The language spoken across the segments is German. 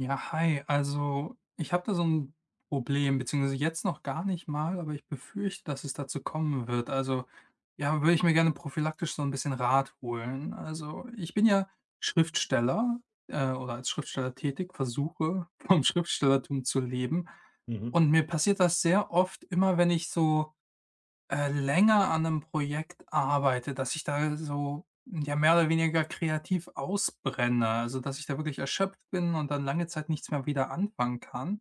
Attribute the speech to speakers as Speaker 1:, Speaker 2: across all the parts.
Speaker 1: Ja, hi. Also, ich habe da so ein Problem, beziehungsweise jetzt noch gar nicht mal, aber ich befürchte, dass es dazu kommen wird. Also, ja, würde ich mir gerne prophylaktisch so ein bisschen Rat holen. Also, ich bin ja Schriftsteller, oder als Schriftsteller tätig, versuche vom Schriftstellertum zu leben,
Speaker 2: Mhm,
Speaker 1: und mir passiert das sehr oft immer, wenn ich so länger an einem Projekt arbeite, dass ich da so, ja, mehr oder weniger kreativ ausbrenne. Also, dass ich da wirklich erschöpft bin und dann lange Zeit nichts mehr wieder anfangen kann.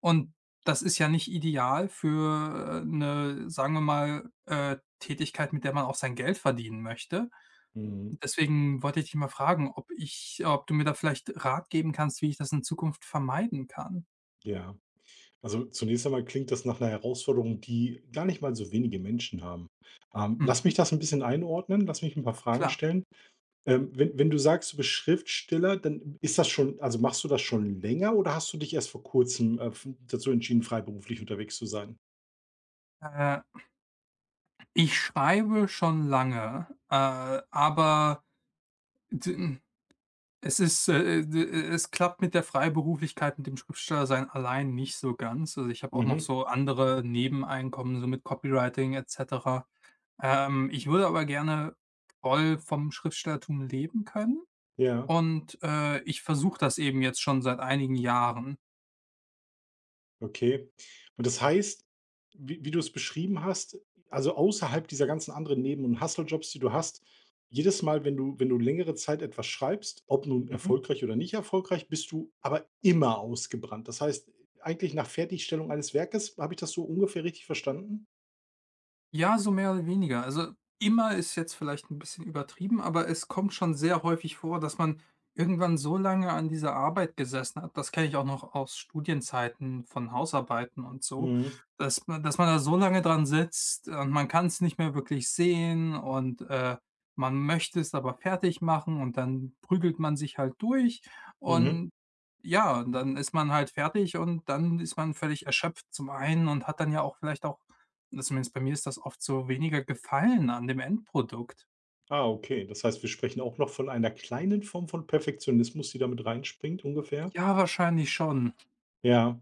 Speaker 1: Und das ist ja nicht ideal für, eine, sagen wir mal, Tätigkeit, mit der man auch sein Geld verdienen möchte.
Speaker 2: mhm,
Speaker 1: Deswegen wollte ich dich mal fragen, ob du mir da vielleicht Rat geben kannst, wie ich das in Zukunft vermeiden kann?
Speaker 2: ja. Also, zunächst einmal klingt das nach einer Herausforderung, die gar nicht mal so wenige Menschen haben. Lass mich
Speaker 1: Mhm,
Speaker 2: das ein bisschen einordnen, lass mich ein paar Fragen
Speaker 1: klar.
Speaker 2: stellen. Wenn du sagst, du bist Schriftsteller, dann ist das schon also, machst du das schon länger oder hast du dich erst vor Kurzem, f dazu entschieden, freiberuflich unterwegs zu sein?
Speaker 1: Äh, Ich schreibe schon lange, aber D es ist, d es klappt mit der Freiberuflichkeit, mit dem Schriftstellersein allein nicht so ganz. Also, ich habe auch noch
Speaker 2: Mhm,
Speaker 1: so andere Nebeneinkommen, so mit Copywriting et cetera. Ich würde aber gerne voll vom Schriftstellertum leben können,
Speaker 2: ja.
Speaker 1: und, ich versuche das eben jetzt schon seit einigen Jahren.
Speaker 2: Okay. Und das heißt, wie du es beschrieben hast, also außerhalb dieser ganzen anderen Neben und Hustle-Jobs, die du hast, jedes Mal, wenn du längere Zeit etwas schreibst, ob nun
Speaker 1: Mhm.
Speaker 2: erfolgreich oder nicht erfolgreich, bist du aber immer ausgebrannt. Das heißt, eigentlich nach Fertigstellung eines Werkes, habe ich das so ungefähr richtig verstanden?
Speaker 1: Ja, so mehr oder weniger. Also, immer ist jetzt vielleicht ein bisschen übertrieben, aber es kommt schon sehr häufig vor, dass man irgendwann so lange an dieser Arbeit gesessen hat. Das kenne ich auch noch aus Studienzeiten von Hausarbeiten und so,
Speaker 2: Mhm,
Speaker 1: dass man da so lange dran sitzt und man kann es nicht mehr wirklich sehen, und, man möchte es aber fertig machen und dann prügelt man sich halt durch,
Speaker 2: mhm.
Speaker 1: und ja, und dann ist man halt fertig und dann ist man völlig erschöpft zum einen und hat dann ja auch vielleicht auch zumindest bei mir ist das oft so weniger Gefallen an dem Endprodukt.
Speaker 2: Ah, okay. Das heißt, wir sprechen auch noch von einer kleinen Form von Perfektionismus, die damit reinspringt ungefähr?
Speaker 1: Ja, wahrscheinlich schon.
Speaker 2: Ja.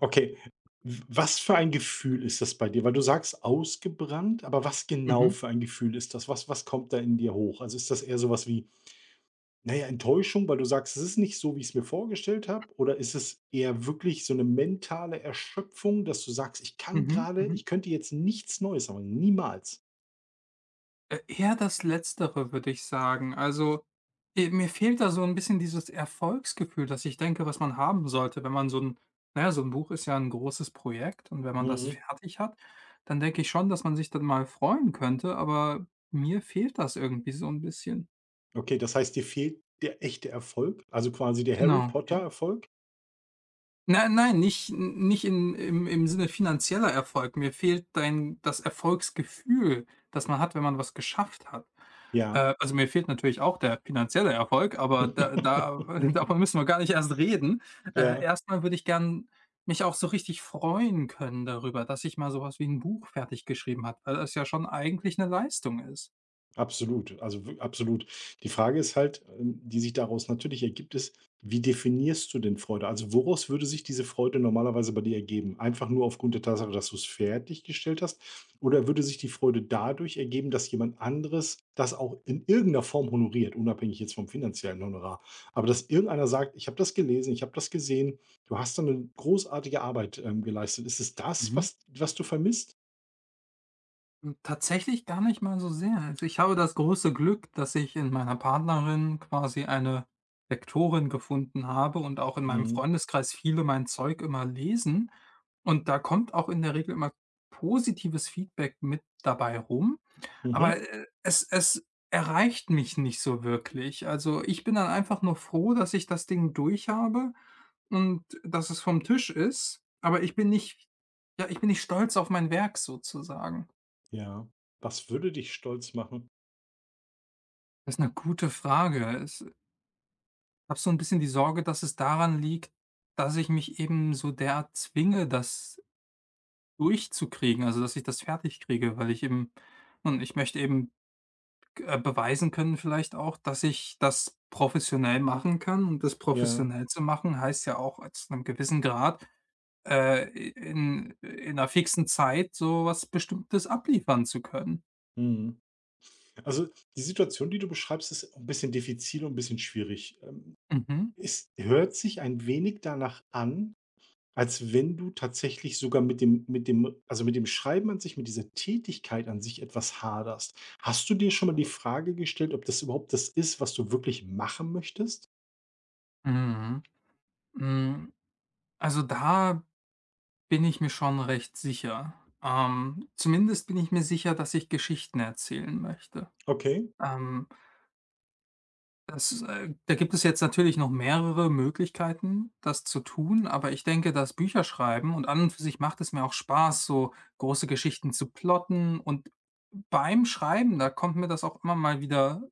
Speaker 2: Okay. W Was für ein Gefühl ist das bei dir? Weil du sagst ausgebrannt, aber was genau
Speaker 1: Mhm,
Speaker 2: für ein Gefühl ist das? Was kommt da in dir hoch? Also, ist das eher so was wie, naja, Enttäuschung, weil du sagst: „Es ist nicht so, wie ich es mir vorgestellt habe“? Oder ist es eher wirklich so eine mentale Erschöpfung, dass du sagst: „Ich kann
Speaker 1: mhm,
Speaker 2: gerade,
Speaker 1: mhm.
Speaker 2: ich könnte jetzt nichts Neues aber niemals?“
Speaker 1: Eher das Letztere, würde ich sagen. Also, mir fehlt da so ein bisschen dieses Erfolgsgefühl, dass ich denke, was man haben sollte, wenn man so ein naja, so ein Buch ist ja ein großes Projekt und wenn man das
Speaker 2: Mhm.
Speaker 1: fertig hat, dann denke ich schon, dass man sich dann mal freuen könnte, aber mir fehlt das irgendwie so ein bisschen.
Speaker 2: Okay, das heißt, dir fehlt der echte Erfolg, also quasi der Harry
Speaker 1: Genau,
Speaker 2: Potter
Speaker 1: ja.
Speaker 2: Erfolg?
Speaker 1: Nein, nein, nicht in im Sinne finanzieller Erfolg. Mir fehlt dein das Erfolgsgefühl, das man hat, wenn man was geschafft hat.
Speaker 2: Ja.
Speaker 1: Also, mir fehlt natürlich auch der finanzielle Erfolg, aber da davon müssen wir gar nicht erst reden. Äh,
Speaker 2: Ja.
Speaker 1: erst würde ich gern mich auch so richtig freuen können darüber, dass ich mal sowas wie ein Buch fertig geschrieben habe, weil das ja schon eigentlich eine Leistung ist.
Speaker 2: Absolut, also w absolut. Die Frage ist halt, die sich daraus natürlich ergibt, ist: Wie definierst du denn Freude? Also, woraus würde sich diese Freude normalerweise bei dir ergeben? Einfach nur aufgrund der Tatsache, dass du es fertiggestellt hast? Oder würde sich die Freude dadurch ergeben, dass jemand anderes das auch in irgendeiner Form honoriert, unabhängig jetzt vom finanziellen Honorar? Aber dass irgendeiner sagt: „Ich habe das gelesen, ich habe das gesehen. Du hast da 'ne großartige Arbeit, geleistet.“ Ist es das,
Speaker 1: Mhm.
Speaker 2: was du vermisst?
Speaker 1: Hm, tatsächlich gar nicht mal so sehr. Also, ich habe das große Glück, dass ich in meiner Partnerin quasi eine Lektorin gefunden habe und auch in meinem
Speaker 2: Mhm.
Speaker 1: Freundeskreis viele mein Zeug immer lesen. Und da kommt auch in der Regel immer positives Feedback mit dabei rum. Aber,
Speaker 2: Mhm.
Speaker 1: es erreicht mich nicht so wirklich. Also, ich bin dann einfach nur froh, dass ich das Ding durch habe und dass es vom Tisch ist, aber ich bin nicht, ja, ich bin nicht stolz auf mein Werk sozusagen.
Speaker 2: Ja. Was würde dich stolz machen?
Speaker 1: Das ist eine gute Frage. Es ich habe so ein bisschen die Sorge, dass es daran liegt, dass ich mich eben so derart zwinge, das durchzukriegen, also, dass ich das fertig kriege, weil ich eben und ich möchte eben beweisen können vielleicht auch, dass ich das professionell machen kann, und das
Speaker 2: Ja,
Speaker 1: professionell zu machen heißt ja auch, zu einem gewissen Grad, äh, in 'ner fixen Zeit so was Bestimmtes abliefern zu können.
Speaker 2: mhm. Also, die Situation, die du beschreibst, ist ein bisschen diffizil und ein bisschen schwierig.
Speaker 1: Mhm.
Speaker 2: Es hört sich ein wenig danach an, als wenn du tatsächlich sogar mit dem also, mit dem Schreiben an sich, mit dieser Tätigkeit an sich etwas haderst. Hast du dir schon mal die Frage gestellt, ob das überhaupt das ist, was du wirklich machen möchtest?
Speaker 1: Mhm. Hm, also, da bin ich mir schon recht sicher. Zumindest bin ich mir sicher, dass ich Geschichten erzählen möchte.
Speaker 2: Okay.
Speaker 1: Ähm, das, da gibt es jetzt natürlich noch mehrere Möglichkeiten, das zu tun, aber ich denke, das Bücherschreiben und an und für sich macht es mir auch Spaß, so große Geschichten zu plotten, und beim Schreiben, da kommt mir das auch immer mal wieder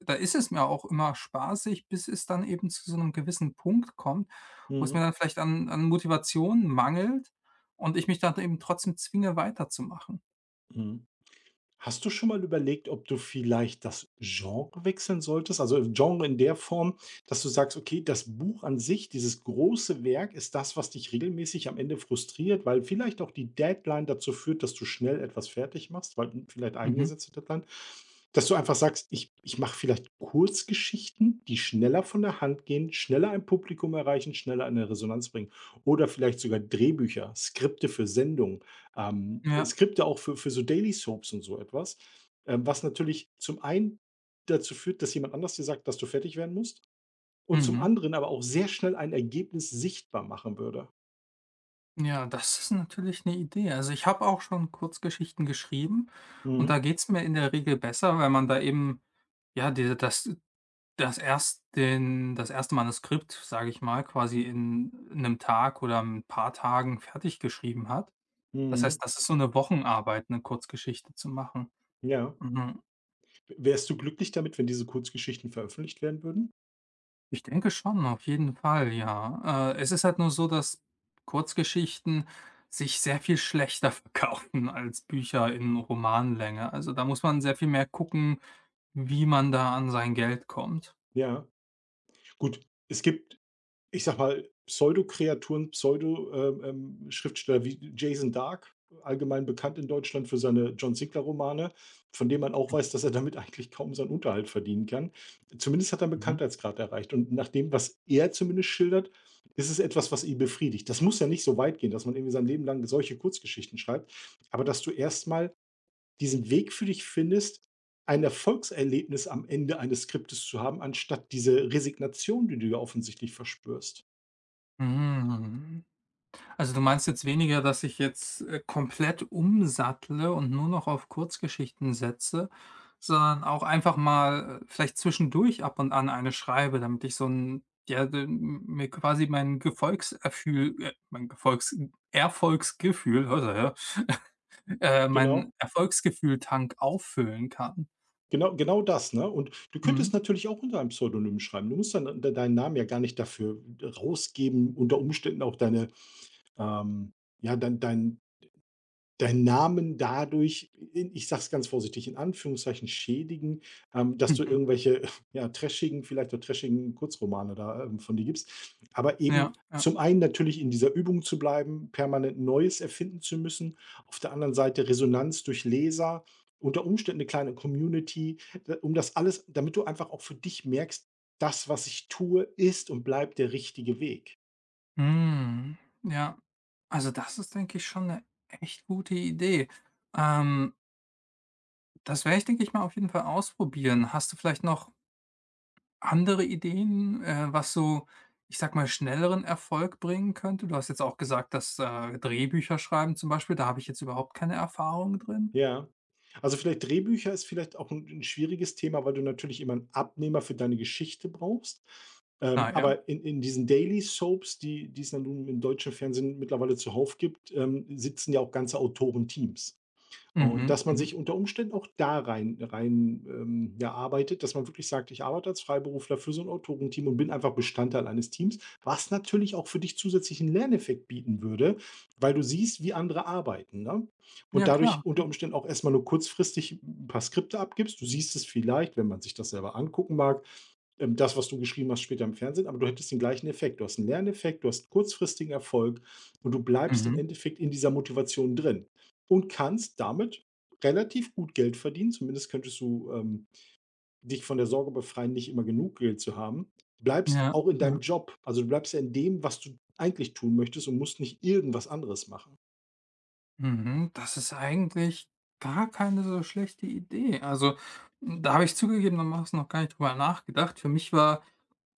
Speaker 1: da ist es mir auch immer spaßig, bis es dann eben zu so einem gewissen Punkt kommt, wo es mir
Speaker 2: Mhm,
Speaker 1: dann vielleicht an Motivation mangelt und ich mich dann eben trotzdem zwinge, weiterzumachen.
Speaker 2: mhm. Hast du schon mal überlegt, ob du vielleicht das Genre wechseln solltest? Also Genre in der Form, dass du sagst, okay, das Buch an sich, dieses große Werk, ist das, was dich regelmäßig am Ende frustriert, weil vielleicht auch die Deadline dazu führt, dass du schnell etwas fertig machst, weil vielleicht
Speaker 1: Mhm.
Speaker 2: eingesetzte Deadline, dass du einfach sagst, ich mache vielleicht Kurzgeschichten, die schneller von der Hand gehen, schneller ein Publikum erreichen, schneller eine Resonanz bringen. Oder vielleicht sogar Drehbücher, Skripte für Sendungen,
Speaker 1: Ja.
Speaker 2: Skripte auch für so Daily Soaps und so etwas, was natürlich zum einen dazu führt, dass jemand anders dir sagt, dass du fertig werden musst und zum
Speaker 1: Mhm.
Speaker 2: anderen aber auch sehr schnell ein Ergebnis sichtbar machen würde.
Speaker 1: Ja, das ist natürlich eine Idee. Also, ich habe auch schon Kurzgeschichten geschrieben und da
Speaker 2: Mhm.
Speaker 1: geht's mir in der Regel besser, weil man da eben, ja, diese das das erst den das erste Manuskript, sage ich mal, quasi in einem Tag oder ein paar Tagen fertig geschrieben hat. Das heißt,
Speaker 2: Mhm.
Speaker 1: das ist so eine Wochenarbeit, eine Kurzgeschichte zu machen.
Speaker 2: Ja.
Speaker 1: Mhm.
Speaker 2: Wärst du glücklich damit, wenn diese Kurzgeschichten veröffentlicht werden würden?
Speaker 1: Ich denke schon, auf jeden Fall, ja. Es ist halt nur so, dass Kurzgeschichten sich sehr viel schlechter verkaufen als Bücher in Romanlänge. Also, da muss man sehr viel mehr gucken, wie man da an sein Geld kommt.
Speaker 2: Ja. Gut, es gibt, ich sage mal, Pseudo-Kreaturen, Pseudo-Schriftsteller wie Jason Dark, allgemein bekannt in Deutschland für seine John Sinclair-Romane, von dem man auch weiß, dass er damit eigentlich kaum seinen Unterhalt verdienen kann. Zumindest hat er einen
Speaker 1: Mhm.
Speaker 2: Bekanntheitsgrad erreicht. Und nach dem, was er zumindest schildert, ist es etwas, was ihn befriedigt. Das muss ja nicht so weit gehen, dass man irgendwie sein Leben lang solche Kurzgeschichten schreibt, aber dass du erstmal diesen Weg für dich findest, ein Erfolgserlebnis am Ende eines Skriptes zu haben, anstatt diese Resignation, die du ja offensichtlich verspürst.
Speaker 1: Mhm. Also du meinst jetzt weniger, dass ich jetzt, komplett umsattle und nur noch auf Kurzgeschichten setze, sondern auch einfach mal, vielleicht zwischendurch ab und an eine schreibe, damit ich so ein ja, d mir quasi mein Gefolgserfühl mein Gefolgs Erfolgsgefühl, hör da, ja,
Speaker 2: Genau,
Speaker 1: mein Erfolgsgefühl-Tank auffüllen kann.
Speaker 2: genau das, ne? Und du
Speaker 1: Mhm.
Speaker 2: könntest natürlich auch unter einem Pseudonym schreiben. Du musst dann de deinen Namen ja gar nicht dafür rausgeben, unter Umständen auch deine, ähm ja, deinen Namen dadurch, in, ich sage es ganz vorsichtig, in Anführungszeichen schädigen, dass du
Speaker 1: Mhm.
Speaker 2: irgendwelche, ja, trashigen vielleicht auch trashigen Kurzromane da, von dir gibst. Aber
Speaker 1: Ja,
Speaker 2: eben
Speaker 1: ja.
Speaker 2: zum einen natürlich in dieser Übung zu bleiben, permanent Neues erfinden zu müssen, auf der anderen Seite Resonanz durch Leser, unter Umständen eine kleine Community, d um das alles, damit du einfach auch für dich merkst: „Das, was ich tue, ist und bleibt der richtige Weg.“
Speaker 1: Mhm. Ja. Also das ist, denke ich, schon eine echt gute Idee. Ähm, das werde ich, denke ich mal, auf jeden Fall ausprobieren. Hast du vielleicht noch andere Ideen, was so, ich sag mal, schnelleren Erfolg bringen könnte? Du hast jetzt auch gesagt, dass Drehbücher schreiben zum Beispiel, da habe ich jetzt überhaupt keine Erfahrung drin.
Speaker 2: Ja. Also, vielleicht Drehbücher ist vielleicht auch ein 'n schwieriges Thema, weil du natürlich immer 'n Abnehmer für deine Geschichte brauchst.
Speaker 1: Ah ja.
Speaker 2: Aber in diesen Daily Soaps, die es dann nun im deutschen Fernsehen mittlerweile zuhauf gibt, sitzen ja auch ganze Autorenteams. Und
Speaker 1: Mhm,
Speaker 2: dass man
Speaker 1: mhm.
Speaker 2: sich unter Umständen auch da rein, ja, arbeitet, dass man wirklich sagt: „Ich arbeite als Freiberufler für so 'n Autorenteam und bin einfach Bestandteil eines Teams“, was natürlich auch für dich zusätzlichen Lerneffekt bieten würde, weil du siehst, wie andere arbeiten, ne?
Speaker 1: Ja,
Speaker 2: Und
Speaker 1: klar.
Speaker 2: dadurch unter
Speaker 1: Ja.
Speaker 2: Umständen auch erst mal nur kurzfristig ein paar Skripte abgibst. Du siehst es vielleicht, wenn man sich das selber angucken mag, das, was du geschrieben hast, später im Fernsehen, aber du hättest den gleichen Effekt. Du hast einen Lerneffekt, du hast einen kurzfristigen Erfolg und du bleibst im
Speaker 1: Mhm.
Speaker 2: Endeffekt in dieser Motivation drin und kannst damit relativ gut Geld verdienen. Zumindest könntest du, dich von der Sorge befreien, nicht immer genug Geld zu haben. Bleibst
Speaker 1: Ja,
Speaker 2: auch in deinem
Speaker 1: ja.
Speaker 2: Job. Also, du bleibst ja in dem, was du eigentlich tun möchtest und musst nicht irgendwas anderes machen.
Speaker 1: Mhm. Das ist eigentlich gar keine so schlechte Idee. Also, da habe ich zugegebenermaßen noch gar nicht drüber nachgedacht. Für mich war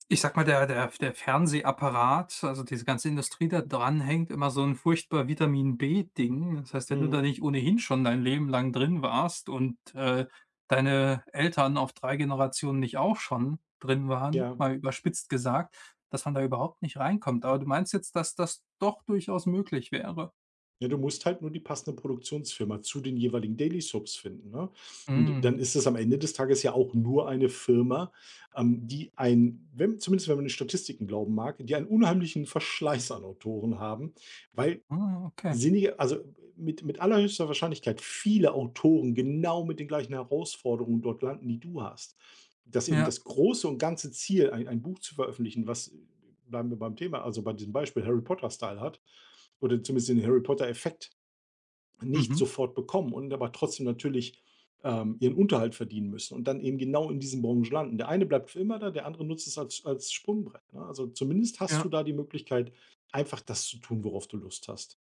Speaker 1: ich sag mal, der Fernsehapparat, also diese ganze Industrie da dran hängt immer so ein furchtbar Vitamin-B-Ding. Das heißt, wenn du da
Speaker 2: Mhm,
Speaker 1: nicht ohnehin schon dein Leben lang drin warst und, deine Eltern auf 3 Generationen nicht auch schon drin waren,
Speaker 2: ja.
Speaker 1: mal überspitzt gesagt, dass man da überhaupt nicht reinkommt. Aber du meinst jetzt, dass das doch durchaus möglich wäre?
Speaker 2: Ja, du musst halt nur die passende Produktionsfirma zu den jeweiligen Daily Soaps finden, ne? Und
Speaker 1: Mhm.
Speaker 2: dann ist es am Ende des Tages ja auch nur eine Firma, die ein, wenn, zumindest wenn man den Statistiken glauben mag, die einen unheimlichen Verschleiß an Autoren haben, weil
Speaker 1: Ah, okay.
Speaker 2: sinnige, also mit allerhöchster Wahrscheinlichkeit viele Autoren genau mit den gleichen Herausforderungen dort landen, die du hast. Dass eben
Speaker 1: Ja.
Speaker 2: das große und ganze Ziel, ein Buch zu veröffentlichen, was, bleiben wir beim Thema, also bei diesem Beispiel Harry Potter Style hat oder zumindest den Harry Potter Effekt nicht
Speaker 1: Mhm.
Speaker 2: sofort bekommen und aber trotzdem natürlich, ihren Unterhalt verdienen müssen und dann eben genau in diesen Branchen landen. Der eine bleibt für immer da, der andere nutzt es als Sprungbrett, ne? Also, zumindest hast du
Speaker 1: Ja.
Speaker 2: da die Möglichkeit, einfach das zu tun, worauf du Lust hast.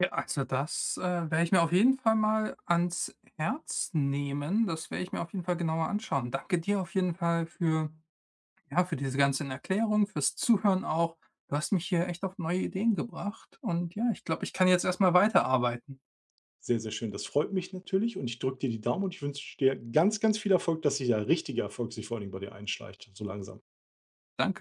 Speaker 1: Ja, also das, werde ich mir auf jeden Fall mal ans Herz nehmen. Das werde ich mir auf jeden Fall genauer anschauen. Danke dir auf jeden Fall für ja, für diese ganzen Erklärungen, fürs Zuhören auch. Du hast mich hier echt auf neue Ideen gebracht und ja, ich glaube, ich kann jetzt erst mal weiterarbeiten.
Speaker 2: Sehr, sehr schön. Das freut mich natürlich und ich drücke dir die Daumen und ich wünsche dir ganz, ganz viel Erfolg, dass sich der richtige Erfolg sich vor allen Dingen bei dir einschleicht, so langsam.
Speaker 1: Danke.